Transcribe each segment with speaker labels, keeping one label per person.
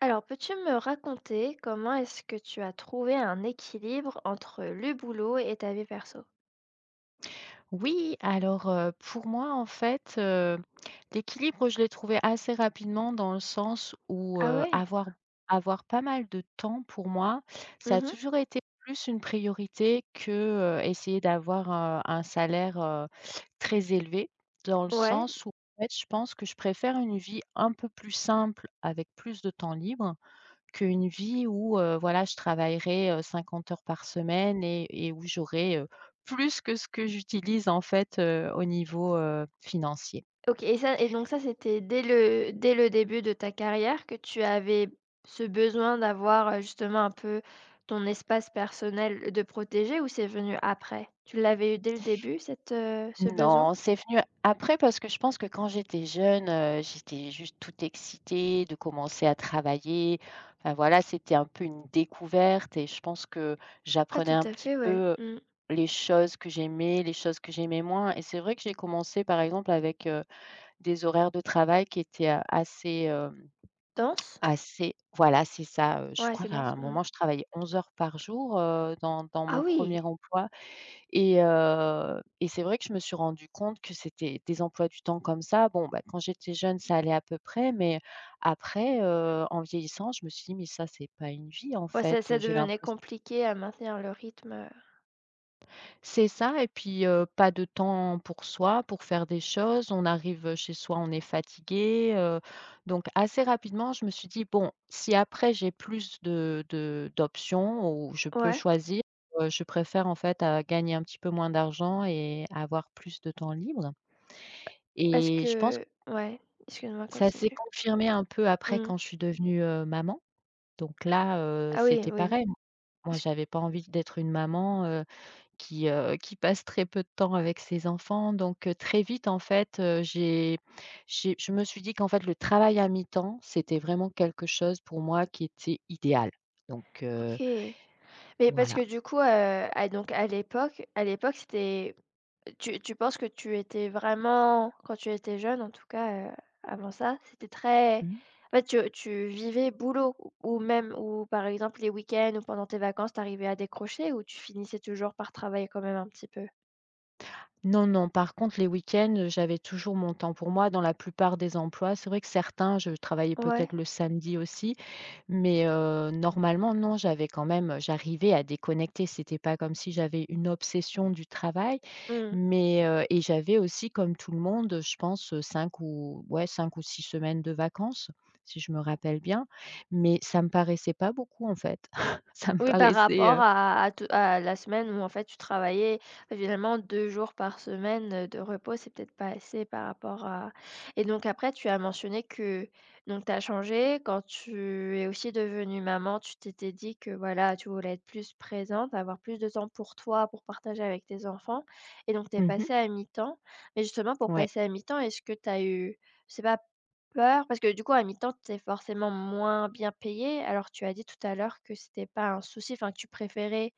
Speaker 1: Alors, peux-tu me raconter comment est-ce que tu as trouvé un équilibre entre le boulot et ta vie perso?
Speaker 2: Oui, alors, pour moi, en fait, l'équilibre, je l'ai trouvé assez rapidement dans le sens où,
Speaker 1: Ah ouais?
Speaker 2: avoir pas mal de temps pour moi, ça a
Speaker 1: Mhm.
Speaker 2: toujours été plus une priorité que, essayer d'avoir, un salaire, très élevé. Dans le
Speaker 1: Ouais.
Speaker 2: sens où, en fait, je pense que je préfère une vie un peu plus simple avec plus de temps libre qu'une vie où, voilà, je travaillerai, 50 heures par semaine et où j'aurai, plus que ce que j'utilise en fait, au niveau, financier.
Speaker 1: OK, et ça et donc ça, c'était dès le début de ta carrière que tu avais ce besoin d'avoir, justement un peu ton espace personnel de protéger, ou c'est venu après? Tu l'avais eu dès le début ce besoin?
Speaker 2: Non, c'est venu après parce que je pense que quand j'étais jeune, j'étais juste toute excitée de commencer à travailler. Enfin voilà, c'était un peu une découverte et je pense que
Speaker 1: Ah
Speaker 2: j'apprenais
Speaker 1: tout
Speaker 2: un
Speaker 1: à
Speaker 2: petit
Speaker 1: fait, ouais.
Speaker 2: peu
Speaker 1: Mmh.
Speaker 2: les choses que j'aimais, les choses que j'aimais moins et c'est vrai que j'ai commencé par exemple avec, des horaires de travail qui étaient, assez.
Speaker 1: Danse?
Speaker 2: Ah c'est voilà, c'est ça, je
Speaker 1: Ouais,
Speaker 2: crois
Speaker 1: c'est
Speaker 2: qu'à un
Speaker 1: danse. Mmh.
Speaker 2: moment, je travaillais 11 heures par jour, dans
Speaker 1: Ah
Speaker 2: mon premier
Speaker 1: oui!
Speaker 2: emploi et c'est vrai que je me suis rendu compte que c'était des emplois du temps comme ça. Bon, bah, quand j'étais jeune, ça allait à peu près, mais après, en vieillissant, je me suis dit: «Mais ça, c'est pas une vie, en
Speaker 1: Ouais, ça
Speaker 2: fait».
Speaker 1: ça
Speaker 2: J'ai
Speaker 1: devenait
Speaker 2: l'impression.
Speaker 1: compliqué à maintenir le rythme,
Speaker 2: C'est ça et puis, pas de temps pour soi, pour faire des choses. On arrive, chez soi, on est fatigué, donc assez rapidement, je me suis dit: «Bon, si après j'ai plus de d'options où je peux
Speaker 1: ouais.
Speaker 2: choisir, je préfère en fait à gagner un petit peu moins d'argent et avoir plus de temps libre»
Speaker 1: Parce
Speaker 2: et je pense que
Speaker 1: que ouais, excuse-moi,
Speaker 2: ça s'est
Speaker 1: continue.
Speaker 2: confirmé un peu après
Speaker 1: Mmh.
Speaker 2: quand je suis devenue, maman. Donc là,
Speaker 1: Ah oui,
Speaker 2: c'était
Speaker 1: oui,
Speaker 2: pareil. Moi,
Speaker 1: parce que
Speaker 2: j'avais pas envie d'être une maman qui passe très peu de temps avec ses enfants donc très vite en fait, j'ai je me suis dit qu'en fait le travail à mi-temps, c'était vraiment quelque chose pour moi qui était idéal donc
Speaker 1: OK. Mais parce
Speaker 2: voilà.
Speaker 1: que du coup, à l'époque, c'était tu penses que tu étais vraiment quand tu étais jeune en tout cas, avant ça, c'était très
Speaker 2: Mmh.
Speaker 1: en fait, tu vivais boulot ou même ou par exemple les week-ends ou pendant tes vacances, t'arrivais à décrocher ou tu finissais toujours par travailler quand même un petit peu?
Speaker 2: Non, non, par contre les week-ends, j'avais toujours mon temps pour moi dans la plupart des emplois. C'est vrai que certains, je travaillais
Speaker 1: Ouais.
Speaker 2: peut-être le samedi aussi, mais normalement non, j'avais quand même j'arrivais à déconnecter. C'était pas comme si j'avais une obsession du travail,
Speaker 1: Mmh.
Speaker 2: et j'avais aussi comme tout le monde, je pense, 5 ou ouais 5 ou 6 semaines de vacances, si je me rappelle bien, mais ça me paraissait pas beaucoup en fait. Ça me
Speaker 1: Oui, par
Speaker 2: paraissait,
Speaker 1: rapport à te à la semaine où en fait tu travaillais finalement 2 jours par semaine, de repos, c'est peut-être pas assez par rapport à et donc après tu as mentionné que donc tu as changé quand tu es aussi devenue maman, tu t'étais dit que voilà, tu voulais être plus présente, avoir plus de temps pour toi, pour partager avec tes enfants et donc tu es
Speaker 2: mmh,
Speaker 1: passée à mi-temps. Mais justement pour
Speaker 2: ouais.
Speaker 1: passer à mi-temps, est-ce que tu as eu, je sais pas peur, parce que du coup à mi-temps, tu forcément moins bien payé. Alors tu as dit tout à l'heure que c'était pas un souci, enfin que tu préférais,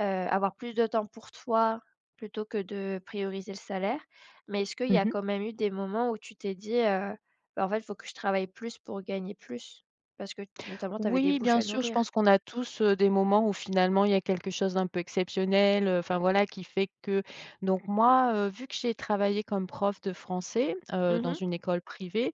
Speaker 1: avoir plus de temps pour toi plutôt que de prioriser le salaire. Mais est-ce qu'il y a
Speaker 2: Mmh.
Speaker 1: quand même eu des moments où tu t'es dit, «Bah, en fait, il faut que je travaille plus pour gagner plus?» Parce que notamment tu avais des
Speaker 2: Oui,
Speaker 1: bouches
Speaker 2: bien
Speaker 1: à
Speaker 2: sûr, je
Speaker 1: nourrir?
Speaker 2: pense qu'on a tous, des moments où finalement il y a quelque chose d'un peu exceptionnel, enfin voilà qui fait que donc moi, vu que j'ai travaillé comme prof de français, dans
Speaker 1: Mmh.
Speaker 2: une école privée.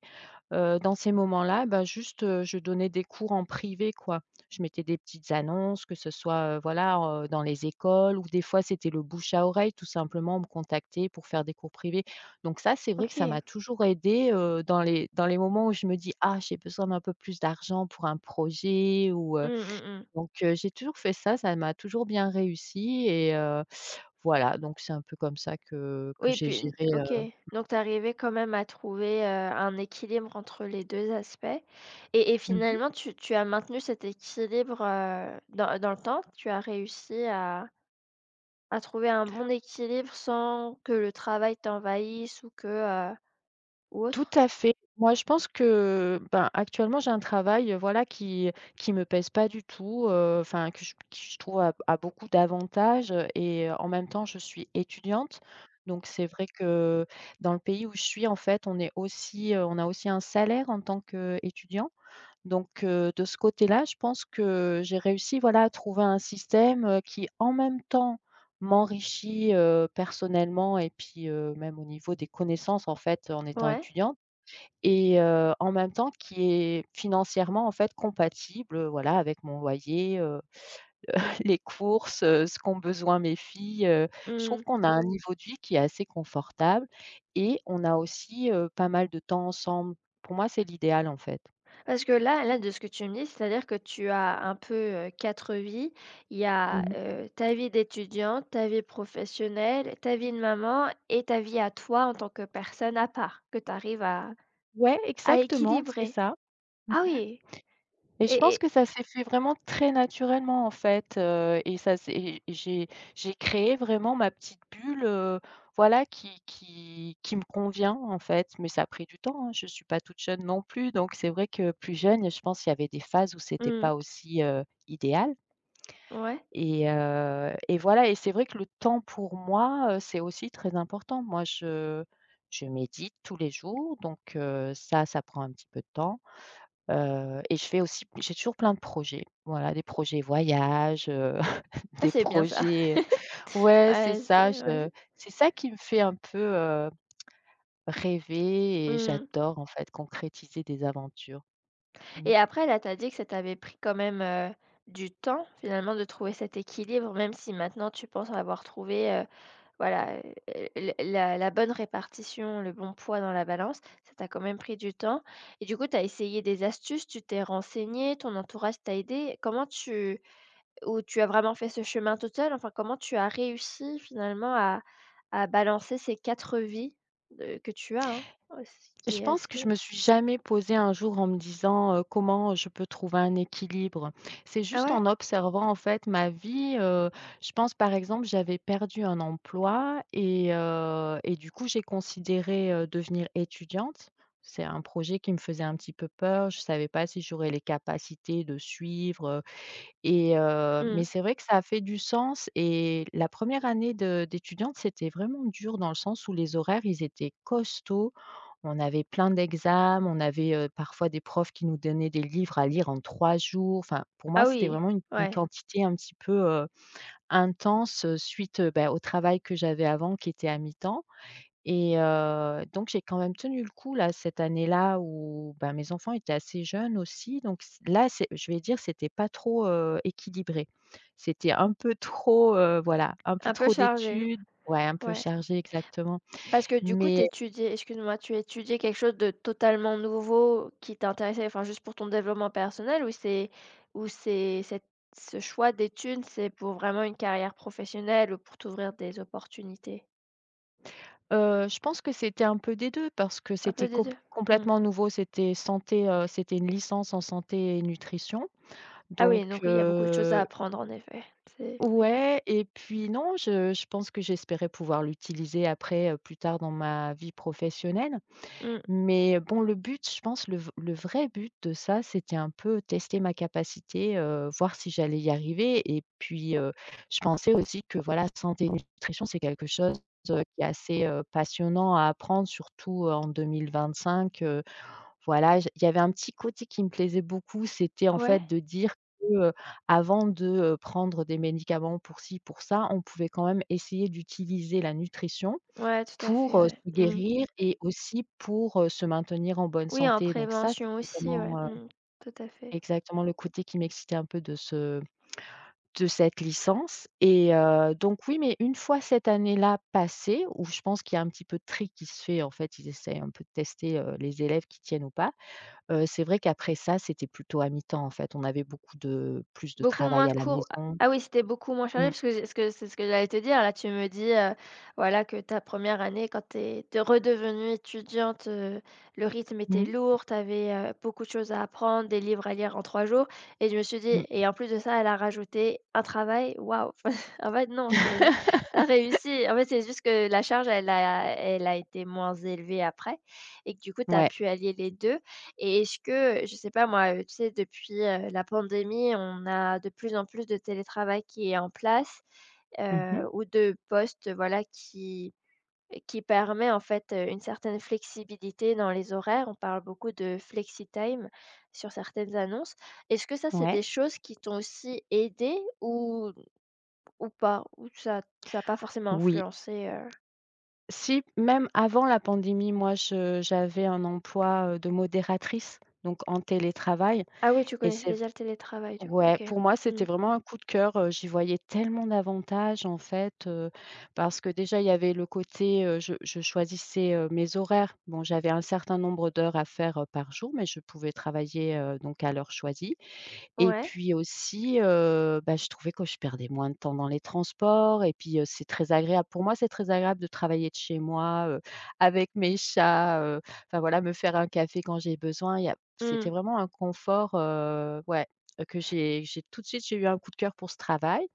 Speaker 2: Dans ces moments-là, bah, juste, je donnais des cours en privé, quoi. Je mettais des petites annonces, que ce soit, voilà, dans les écoles ou des fois c'était le bouche à oreille, tout simplement, on me contactait pour faire des cours privés. Donc ça, c'est vrai que ça m'a
Speaker 1: OK.
Speaker 2: toujours aidée, dans les moments où je me dis: «Ah, j'ai besoin d'un peu plus d'argent pour un projet» ou
Speaker 1: Mmh, mmh mh.
Speaker 2: donc j'ai toujours fait ça, ça m'a toujours bien réussi et voilà, donc c'est un peu comme ça que
Speaker 1: Oui,
Speaker 2: j'ai
Speaker 1: puis
Speaker 2: géré,
Speaker 1: OK, donc tu arrivais quand même à trouver, un équilibre entre les 2 aspects et
Speaker 2: heu
Speaker 1: finalement tu as maintenu cet équilibre, dans le temps? Tu as réussi à trouver un bon équilibre sans que le travail t'envahisse ou ou
Speaker 2: Tout
Speaker 1: autre?
Speaker 2: à fait. Moi, je pense que, ben, actuellement, j'ai un travail, voilà, qui me pèse pas du tout, enfin, que je qui je trouve a beaucoup d'avantages, et en même temps, je suis étudiante. Donc c'est vrai que dans le pays où je suis, en fait, on a aussi un salaire en tant qu'étudiant. Donc de ce côté-là, je pense que j'ai réussi, voilà, à trouver un système, qui, en même temps, m'enrichit, personnellement et puis, même au niveau des connaissances, en fait, en étant
Speaker 1: Ouais.
Speaker 2: étudiante et en même temps qui est financièrement, en fait, compatible, voilà, avec mon loyer, les courses, ce qu'ont besoin mes filles. Je trouve
Speaker 1: Mmh.
Speaker 2: qu'on a un niveau de vie qui est assez confortable et on a aussi, pas mal de temps ensemble. Pour moi, c'est l'idéal, en fait.
Speaker 1: Parce que là, de ce que tu me dis, c'est-à-dire que tu as un peu, 4 vies. Il y a,
Speaker 2: Mmh.
Speaker 1: ta vie d'étudiante, ta vie professionnelle, ta vie de maman et ta vie à toi en tant que personne à part, que tu arrives
Speaker 2: Ouais,
Speaker 1: à
Speaker 2: exactement, c'est
Speaker 1: équilibrer.
Speaker 2: ça. Mmh.
Speaker 1: Ah oui
Speaker 2: Et je
Speaker 1: et
Speaker 2: pense que ça s'est fait vraiment très naturellement, en fait, et ça s'est et j'ai créé vraiment ma petite bulle, voilà qui me convient, en fait. Mais ça a pris du temps, hein, je suis pas toute jeune non plus, donc c'est vrai que plus jeune, je pense il y avait des phases où c'était
Speaker 1: mmh,
Speaker 2: pas aussi, idéal
Speaker 1: ouais.
Speaker 2: et voilà et c'est vrai que le temps pour moi, c'est aussi très important. Moi, je médite tous les jours, donc ça, ça prend un petit peu de temps. Et je fais aussi j'ai toujours plein de projets. Voilà, des projets voyage,
Speaker 1: Ah,
Speaker 2: des
Speaker 1: c'est bien ça.
Speaker 2: projets, ouais, c'est ça,
Speaker 1: Ouais,
Speaker 2: je
Speaker 1: c'est
Speaker 2: c'est ça qui me fait un peu, rêver et
Speaker 1: mmh
Speaker 2: j'adore, en fait, concrétiser des aventures. Mmh.
Speaker 1: et après là, tu as dit que ça t'avait pris quand même, du temps finalement de trouver cet équilibre, même si maintenant tu penses avoir trouvé, voilà, l la bonne répartition, le bon poids dans la balance, ça t'a quand même pris du temps et du coup, tu as essayé des astuces, tu t'es renseigné, ton entourage t'a aidé. Comment tu ou tu as vraiment fait ce chemin toute seule? Enfin, comment tu as réussi finalement à balancer ces 4 vies de que tu as, hein? Ouais, ce qui
Speaker 2: Je
Speaker 1: est
Speaker 2: pense que je
Speaker 1: assez
Speaker 2: me suis jamais posée un jour en me disant, comment je peux trouver un équilibre. C'est
Speaker 1: ah
Speaker 2: juste
Speaker 1: ouais?
Speaker 2: en observant, en fait, ma vie, je pense, par exemple, j'avais perdu un emploi et du coup, j'ai considéré, devenir étudiante. C'est un projet qui me faisait un petit peu peur. Je savais pas si j'aurais les capacités de suivre, mais
Speaker 1: Mmh.
Speaker 2: c'est vrai que ça a fait du sens et la première année de d'étudiante, c'était vraiment dur dans le sens où les horaires, ils étaient costauds. On avait plein d'examens, on avait, parfois des profs qui nous donnaient des livres à lire en 3 jours. Enfin, pour moi,
Speaker 1: Ah
Speaker 2: c'était
Speaker 1: oui,
Speaker 2: vraiment une
Speaker 1: ouais,
Speaker 2: quantité un petit peu, intense, suite, bah, au travail que j'avais avant qui était à mi-temps. Et donc j'ai quand même tenu le coup là, cette année-là où, ben mes enfants étaient assez jeunes aussi, donc c là, c'est je vais dire, c'était pas trop, équilibré. C'était un peu trop, voilà, un peu
Speaker 1: un peu
Speaker 2: trop
Speaker 1: chargé,
Speaker 2: d'études, ouais, un peu
Speaker 1: ouais.
Speaker 2: chargé exactement.
Speaker 1: Parce que du coup, tu
Speaker 2: Mais,
Speaker 1: étudiais excuse-moi, tu étudiais quelque chose de totalement nouveau qui t'intéressait, enfin, juste pour ton développement personnel ou c'est cette ce choix d'études, c'est pour vraiment une carrière professionnelle ou pour t'ouvrir des opportunités?
Speaker 2: je pense que c'était un peu des 2 parce que
Speaker 1: Un
Speaker 2: c'était
Speaker 1: peu des 2. Mmh.
Speaker 2: complètement nouveau, c'était santé, c'était une licence en santé et nutrition,
Speaker 1: Ah oui,
Speaker 2: donc
Speaker 1: donc oui, il y a beaucoup de choses à
Speaker 2: heu
Speaker 1: apprendre en effet. C'est oui.
Speaker 2: Ouais et puis non, je pense que j'espérais pouvoir l'utiliser après, plus tard dans ma vie professionnelle.
Speaker 1: Mmh.
Speaker 2: Mais bon, le but, je pense, le vrai but de ça, c'était un peu tester ma capacité, voir si j'allais y arriver et puis, je pensais aussi que voilà, santé et nutrition, c'est quelque chose, qui est assez, passionnant à apprendre, surtout en 2025, voilà, j il y avait un petit côté qui me plaisait beaucoup, c'était en
Speaker 1: Ouais,
Speaker 2: fait de dire que, avant de, prendre des médicaments pour ci, pour ça, on pouvait quand même essayer d'utiliser la nutrition
Speaker 1: ouais, tout à
Speaker 2: pour,
Speaker 1: fait, ouais.
Speaker 2: se
Speaker 1: Mmh.
Speaker 2: guérir et aussi pour, se maintenir en bonne
Speaker 1: Oui, en
Speaker 2: santé. Donc ça,
Speaker 1: prévention
Speaker 2: c'était
Speaker 1: aussi,
Speaker 2: vraiment,
Speaker 1: ouais. Mmh. Tout à fait.
Speaker 2: exactement le côté qui m'excitait un peu de cette licence et donc oui, mais une fois cette année-là passée, où je pense qu'il y a un petit peu de tri qui se fait, en fait, ils essayent un peu de tester, les élèves qui tiennent ou pas. C'est vrai qu'après ça, c'était plutôt à mi-temps, en fait. On avait beaucoup de plus de
Speaker 1: Beaucoup moins
Speaker 2: travail à
Speaker 1: de
Speaker 2: la
Speaker 1: cours. Ah
Speaker 2: maison.
Speaker 1: ah oui, c'était beaucoup moins
Speaker 2: Mmh.
Speaker 1: chargé parce que j'ai ce que c'est ce que j'allais te dire. Là, tu me dis, voilà, que ta première année quand tu es redevenue étudiante, le rythme était
Speaker 2: Mmh.
Speaker 1: lourd, tu avais, beaucoup de choses à apprendre, des livres à lire en 3 jours et je me suis dit
Speaker 2: Mmh.
Speaker 1: et en plus de ça, elle a rajouté un travail, waouh! En fait, non, c'est t'as réussi. En fait, c'est juste que la charge, elle a été moins élevée après et que du coup, tu as
Speaker 2: Ouais.
Speaker 1: pu allier les 2. Et est-ce que, je sais pas moi, tu sais depuis, la pandémie, on a de plus en plus de télétravail qui est en place,
Speaker 2: Mmh.
Speaker 1: ou de postes, voilà, qui permet en fait, une certaine flexibilité dans les horaires. On parle beaucoup de flexitime sur certaines annonces. Est-ce que ça, c'est
Speaker 2: Ouais.
Speaker 1: des choses qui t'ont aussi aidé ou pas? Ou ça a pas forcément
Speaker 2: Oui.
Speaker 1: influencé,
Speaker 2: Si, même avant la pandémie, moi, je j'avais un emploi, de modératrice, donc en télétravail
Speaker 1: Ah oui, tu
Speaker 2: et
Speaker 1: connaissais
Speaker 2: c'est
Speaker 1: déjà le télétravail du coup,
Speaker 2: Ouais,
Speaker 1: OK.
Speaker 2: pour moi, c'était
Speaker 1: Mmh.
Speaker 2: vraiment un coup de cœur, j'y voyais tellement d'avantages en fait, parce que déjà il y avait le côté, je choisissais, mes horaires. Bon, j'avais un certain nombre d'heures à faire, par jour, mais je pouvais travailler, donc à l'heure choisie. Et
Speaker 1: Ouais.
Speaker 2: puis aussi, bah, je trouvais que je perdais moins de temps dans les transports et puis, c'est très agréable. Pour moi, c'est très agréable de travailler de chez moi, avec mes chats, enfin voilà, me faire un café quand j'ai besoin. Il y a C'était
Speaker 1: Mmh.
Speaker 2: vraiment un confort, ouais, que j'ai eu un coup de cœur pour ce travail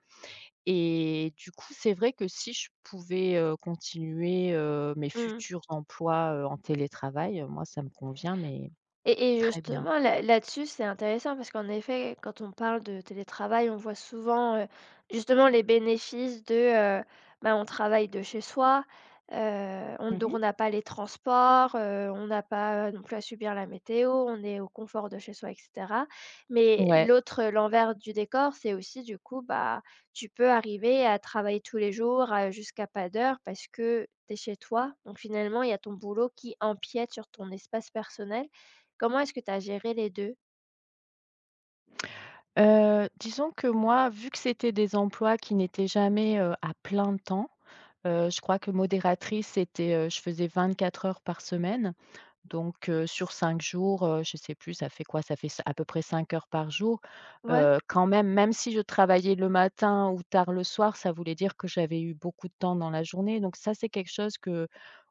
Speaker 2: et du coup, c'est vrai que si je pouvais, continuer, mes
Speaker 1: Mmh.
Speaker 2: futurs emplois, en télétravail, moi, ça me convient, mais
Speaker 1: Et
Speaker 2: très bien.
Speaker 1: justement, là là-dessus, c'est intéressant parce qu'en effet, quand on parle de télétravail, on voit souvent, justement les bénéfices de, bah, on travaille de chez soi, on donc
Speaker 2: Mmh.
Speaker 1: on n'a pas les transports, on n'a pas, non plus à subir la météo, on est au confort de chez soi et cetera. Mais
Speaker 2: Ouais.
Speaker 1: l'autre, l'envers du décor, c'est aussi du coup, bah, tu peux arriver à travailler tous les jours, jusqu'à pas d'heure parce que tu es chez toi. Donc finalement, il y a ton boulot qui empiète sur ton espace personnel. Comment est-ce que tu as géré les deux?
Speaker 2: Disons que moi, vu que c'était des emplois qui n'étaient jamais, à plein temps, je crois que modératrice, c'était, je faisais 24 heures par semaine, donc sur 5 jours, je sais plus, ça fait quoi? Ça fait c à peu près 5 heures par jour.
Speaker 1: Ouais,
Speaker 2: Quand même, même si je travaillais le matin ou tard le soir, ça voulait dire que j'avais eu beaucoup de temps dans la journée, donc ça, c'est quelque chose que,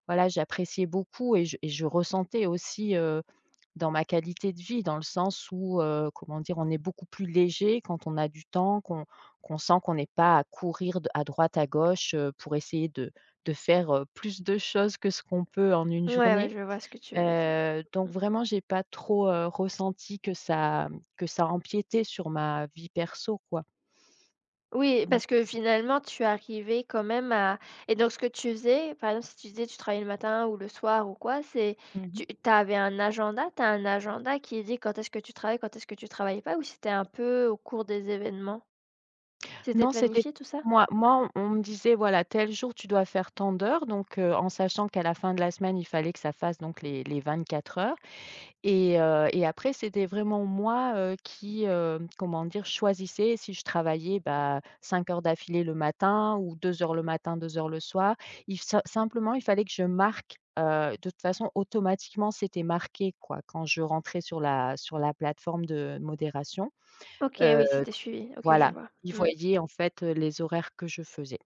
Speaker 2: voilà, j'appréciais beaucoup et je ressentais aussi, dans ma qualité de vie, dans le sens où, comment dire? On est beaucoup plus léger quand on a du temps, qu'on sent qu'on n'est pas à courir de à droite, à gauche, pour essayer de faire, plus de choses que ce qu'on peut en une
Speaker 1: ouais,
Speaker 2: journée.
Speaker 1: je vois ce que tu veux dire.
Speaker 2: Donc vraiment, j'ai pas trop, ressenti que ça empiétait sur ma vie perso, quoi.
Speaker 1: Oui,
Speaker 2: Mmh.
Speaker 1: parce que finalement, tu arrivais quand même à et donc ce que tu faisais, par exemple, si tu disais tu travaillais le matin ou le soir ou quoi, c'est tu
Speaker 2: Mmh.
Speaker 1: tu avais un agenda? Tu as un agenda qui dit quand est-ce que tu travailles, quand est-ce que tu travailles pas ou c'était un peu au cours des événements? C'était
Speaker 2: Non, c'était
Speaker 1: planifié tout ça?
Speaker 2: moi, on me disait: «Voilà, tel jour, tu dois faire tant d'heures», donc en sachant qu'à la fin de la semaine, il fallait que ça fasse donc les 24 heures. Et après, c'était vraiment moi, qui, comment dire? Choisissais si je travaillais, bah, 5 heures d'affilée le matin ou 2 heures le matin, 2 heures le soir. Il sa Simplement, il fallait que je marque, de toute façon, automatiquement, c'était marqué, quoi, quand je rentrais sur la plateforme de modération.
Speaker 1: OK,
Speaker 2: Heu,
Speaker 1: oui, c'était suivi. OK, je
Speaker 2: voilà,
Speaker 1: vois.
Speaker 2: ils
Speaker 1: Mmh.
Speaker 2: voyaient, en fait, les horaires que je faisais.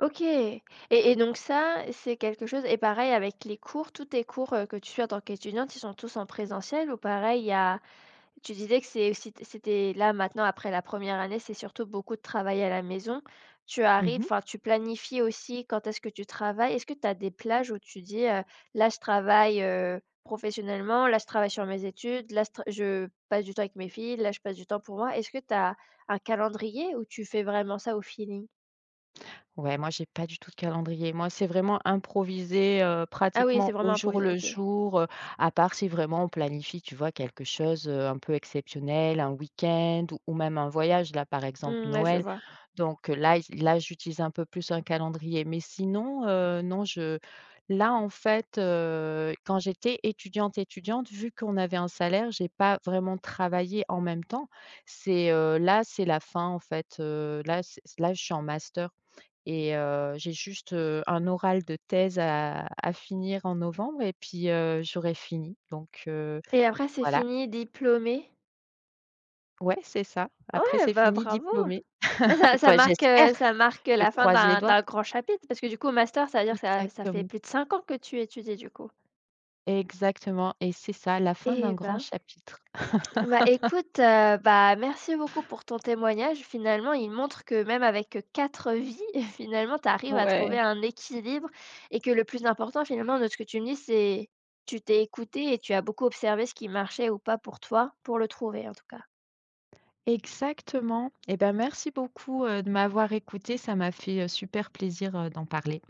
Speaker 1: OK et donc ça, c'est quelque chose et pareil avec les cours, tous tes cours, que tu suis en tant qu'étudiante, ils sont tous en présentiel ou pareil, il y a tu disais que c'est aussi c'était là maintenant après la première année, c'est surtout beaucoup de travail à la maison. Tu
Speaker 2: Mmh
Speaker 1: arrives
Speaker 2: mh.
Speaker 1: enfin, tu planifies aussi quand est-ce que tu travailles? Est-ce que tu as des plages où tu dis, «Là, je travaille, professionnellement, là, je travaille sur mes études, là, je passe du temps avec mes filles, là, je passe du temps pour moi». Est-ce que tu as un calendrier où tu fais vraiment ça au feeling?
Speaker 2: Ouais, moi j'ai pas du tout de calendrier. Moi, c'est vraiment improvisé,
Speaker 1: Ah oui, c'est
Speaker 2: pratiquement au
Speaker 1: vraiment
Speaker 2: jour
Speaker 1: improvisé,
Speaker 2: le
Speaker 1: OK.
Speaker 2: jour, à part si vraiment on planifie, tu vois, quelque chose, un peu exceptionnel, un week-end ou même un voyage. Là, par exemple,
Speaker 1: Mmh, ouais, je
Speaker 2: Noël.
Speaker 1: vois
Speaker 2: Donc là, il là, j'utilise un peu plus un calendrier, mais sinon, non, je là, en fait, quand j'étais étudiante, étudiante, vu qu'on avait un salaire, j'ai pas vraiment travaillé en même temps. C'est, là, c'est la fin, en fait, là, c'est là, je suis en master et j'ai juste, un oral de thèse à finir en novembre et puis, j'aurai fini. Donc
Speaker 1: et après c'est
Speaker 2: voilà.
Speaker 1: fini, diplômé.
Speaker 2: Ouais, c'est ça. Après,
Speaker 1: Ouais,
Speaker 2: c'est
Speaker 1: bah,
Speaker 2: fini,
Speaker 1: bravo!
Speaker 2: diplômée.
Speaker 1: Ouais, ça
Speaker 2: Enfin,
Speaker 1: marque,
Speaker 2: j'espère,
Speaker 1: ça marque
Speaker 2: je
Speaker 1: la fin
Speaker 2: croise les
Speaker 1: d'un
Speaker 2: doigts.
Speaker 1: d'un grand chapitre parce que du coup, master, ça veut dire que ça fait
Speaker 2: Exactement.
Speaker 1: plus de 5 ans que tu étudies, du coup?
Speaker 2: Exactement et c'est ça, la fin d'un
Speaker 1: Eh
Speaker 2: grand
Speaker 1: ben,
Speaker 2: chapitre.
Speaker 1: bah, écoute, bah, merci beaucoup pour ton témoignage. Finalement, il montre que même avec, 4 vies, finalement, tu arrives à
Speaker 2: Ouais.
Speaker 1: trouver un équilibre et que le plus important, finalement, de ce que tu me dis, c'est tu t'es écoutée et tu as beaucoup observé ce qui marchait ou pas pour toi, pour le trouver, en tout cas.
Speaker 2: Exactement. Et ben, merci beaucoup, de m'avoir écoutée. Ça m'a fait, super plaisir, d'en parler.